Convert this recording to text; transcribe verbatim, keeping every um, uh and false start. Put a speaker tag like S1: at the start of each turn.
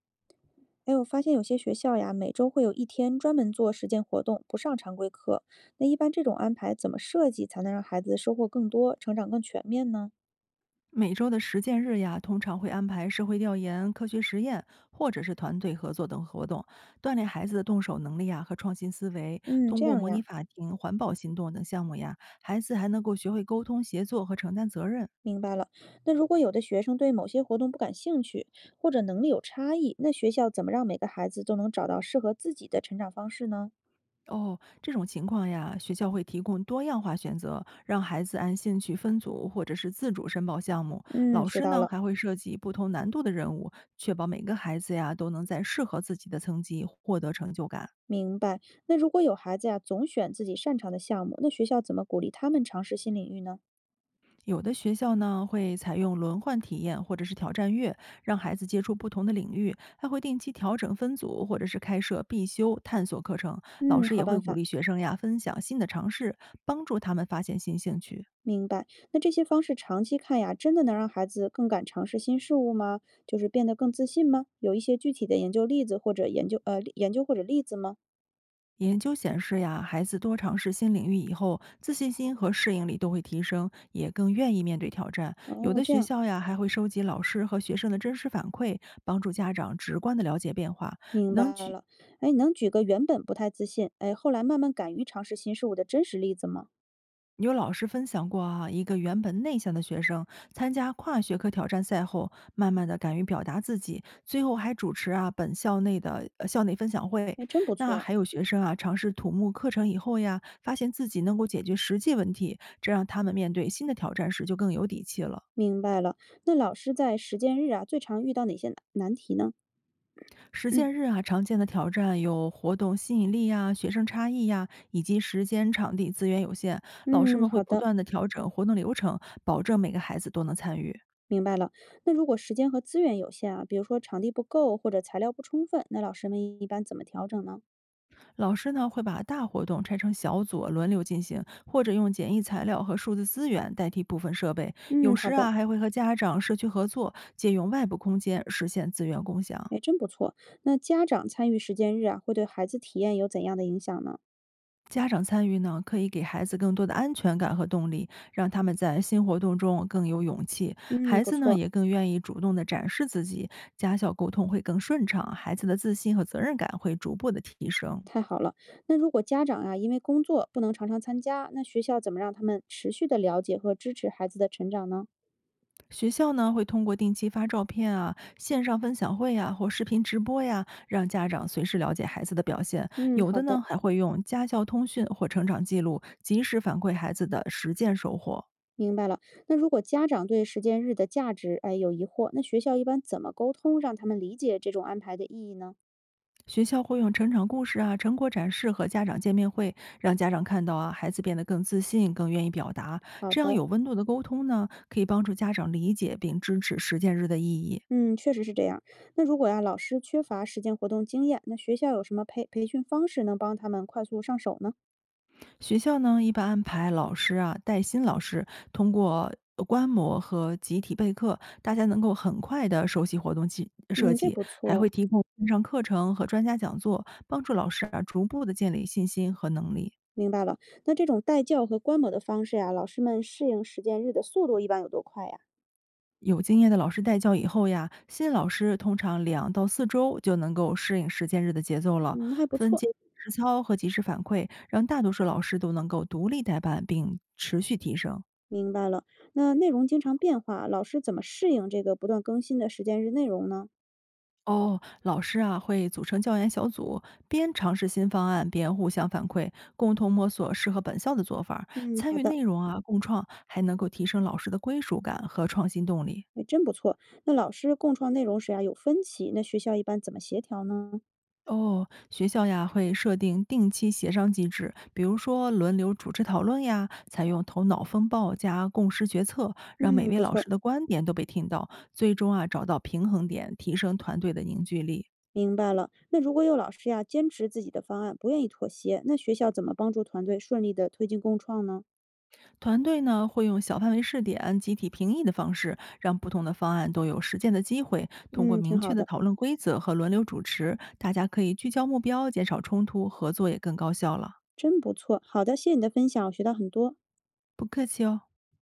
S1: 哎，我发现有些学校呀，每周会有一天专门做实践活动，不上常规课。那一般这种安排怎么设计才能让孩子收获更多，成长更全面呢？
S2: 每周的实践日呀，通常会安排社会调研、科学实验，或者是团队合作等活动，锻炼孩子的动手能力呀和创新思维。
S1: 嗯，
S2: 通
S1: 这
S2: 过
S1: 样
S2: 模拟
S1: 呀，
S2: 法庭、环保行动等项目呀，孩子还能够学会沟通、协作和承担责任。
S1: 明白了。那如果有的学生对某些活动不感兴趣，或者能力有差异，那学校怎么让每个孩子都能找到适合自己的成长方式呢？
S2: 哦，这种情况呀，学校会提供多样化选择，让孩子按兴趣分组或者是自主申报项目。
S1: 嗯，
S2: 老
S1: 学
S2: 师
S1: 到
S2: 呢
S1: 了，
S2: 还会设计不同难度的任务，确保每个孩子呀都能在适合自己的层级获得成就感。
S1: 明白。那如果有孩子呀，总选自己擅长的项目，那学校怎么鼓励他们尝试新领域呢？
S2: 有的学校呢会采用轮换体验或者是挑战月，让孩子接触不同的领域，还会定期调整分组，或者是开设必修探索课程。老
S1: 嗯，
S2: 师也
S1: 好
S2: 会
S1: 办
S2: 鼓
S1: 法。
S2: 励学生呀分享新的尝试，帮助他们发现新兴趣。
S1: 明白，那这些方式长期看呀，真的能让孩子更敢尝试新事物吗？就是变得更自信吗？有一些具体的研究例子或者研究呃研究或者例子吗？
S2: 研究显示呀，孩子多尝试新领域以后，自信心和适应力都会提升，也更愿意面对挑战。有
S1: 哦，
S2: 的
S1: 这
S2: 学
S1: 样
S2: 校呀，还会收集老师和学生的真实反馈，帮助家长直观的了解变化。
S1: 明
S2: 能
S1: 白
S2: 举
S1: 了。哎，能举个原本不太自信，哎，后来慢慢敢于尝试新事物的真实例子吗？
S2: 有老师分享过啊，一个原本内向的学生参加跨学科挑战赛后，慢慢的敢于表达自己，最后还主持啊本校内的呃校内分享会。
S1: 哎，真不
S2: 那
S1: 错。
S2: 还有学生啊，尝试土木课程以后呀，发现自己能够解决实际问题，这让他们面对新的挑战时就更有底气了。
S1: 明白了。那老师在实践日啊，最常遇到哪些难难题呢？
S2: 实践 日啊，常见的挑战有活动吸引力呀、学生差异呀，以及时间、场地资源有限，老师
S1: 嗯，
S2: 们会
S1: 好
S2: 不
S1: 的，
S2: 断的调整活动流程，保证每个孩子都能参与。
S1: 明白了。那如果时间和资源有限啊，比如说场地不够或者材料不充分，那老师们一般怎么调整呢？
S2: 老师呢会把大活动拆成小组轮流进行，或者用简易材料和数字资源代替部分设备。有
S1: 嗯，
S2: 时
S1: 好的，
S2: 啊还会和家长、社区合作，借用外部空间实现资源共享。
S1: 哎，真不错。那家长参与时间日啊，会对孩子体验有怎样的影响呢？
S2: 家长参与呢，可以给孩子更多的安全感和动力，让他们在新活动中更有勇气。
S1: 嗯，
S2: 孩
S1: 不
S2: 子呢
S1: 错，
S2: 也更愿意主动的展示自己，家校沟通会更顺畅，孩子的自信和责任感会逐步的提升。
S1: 太好了。那如果家长啊，因为工作不能常常参加，那学校怎么让他们持续的了解和支持孩子的成长呢？
S2: 学校呢会通过定期发照片啊、线上分享会呀、或视频直播呀，让家长随时了解孩子的表现。
S1: 嗯，
S2: 有的
S1: 好的，
S2: 呢还会用家校通讯或成长记录，及时反馈孩子的实践收获。
S1: 明白了。那如果家长对时间日的价值，哎，有疑惑，那学校一般怎么沟通，让他们理解这种安排的意义呢？
S2: 学校会用成长故事啊、成果展示和家长见面会，让家长看到啊孩子变得更自信、更愿意表达。
S1: 好
S2: 这样
S1: 的。
S2: 有温度的沟通呢，可以帮助家长理解并支持实践日的意义。
S1: 嗯，确实是这样。那如果呀、老师缺乏实践活动经验，那学校有什么培培训方式能帮他们快速上手呢？
S2: 学校呢，一般安排老师啊带新老师，通过呃观摩和集体备课，大家能够很快的熟悉活动计设
S1: 嗯，这
S2: 计，
S1: 不
S2: 还会
S1: 错，
S2: 提供线上课程和专家讲座，帮助老师啊逐步的建立信心和能力。
S1: 明白了。那这种带教和观摩的方式呀，老师们适应实践日的速度一般有多快呀？
S2: 有经验的老师带教以后呀，新老师通常两到四周就能够适应实践日的节奏了，
S1: 嗯，那还不
S2: 分
S1: 错，
S2: 阶段实操和及时反馈，让大多数老师都能够独立带班并持续提升。
S1: 明白了。那内容经常变化，老师怎么适应这个不断更新的实践日内容呢？
S2: 哦，老师啊会组成教研小组，边尝试新方案，边互相反馈，共同摸索适合本校的做法儿
S1: 嗯，
S2: 参
S1: 好
S2: 与
S1: 的，
S2: 内容啊共创，还能够提升老师的归属感和创新动力。
S1: 哎，真不错。那老师共创内容时啊有分歧，那学校一般怎么协调呢？
S2: 哦，学校呀会设定定期协商机制，比如说轮流主持讨论呀，采用头脑风暴加共识决策，让每
S1: 嗯，
S2: 位
S1: 不
S2: 老
S1: 错，
S2: 师的观点都被听到，最终啊找到平衡点，提升团队的凝聚力。
S1: 明白了。那如果有老师呀坚持自己的方案，不愿意妥协，那学校怎么帮助团队顺利的推进共创呢？
S2: 团队呢会用小范围试点、集体评议的方式，让不同的方案都有实践的机会。通过
S1: 嗯，挺
S2: 明确
S1: 好
S2: 的
S1: 的。
S2: 讨论规则和轮流主持，大家可以聚焦目标，减少冲突，合作也更高效了。
S1: 真不错，好的，谢谢你的分享，我学到很多。
S2: 不客气哦。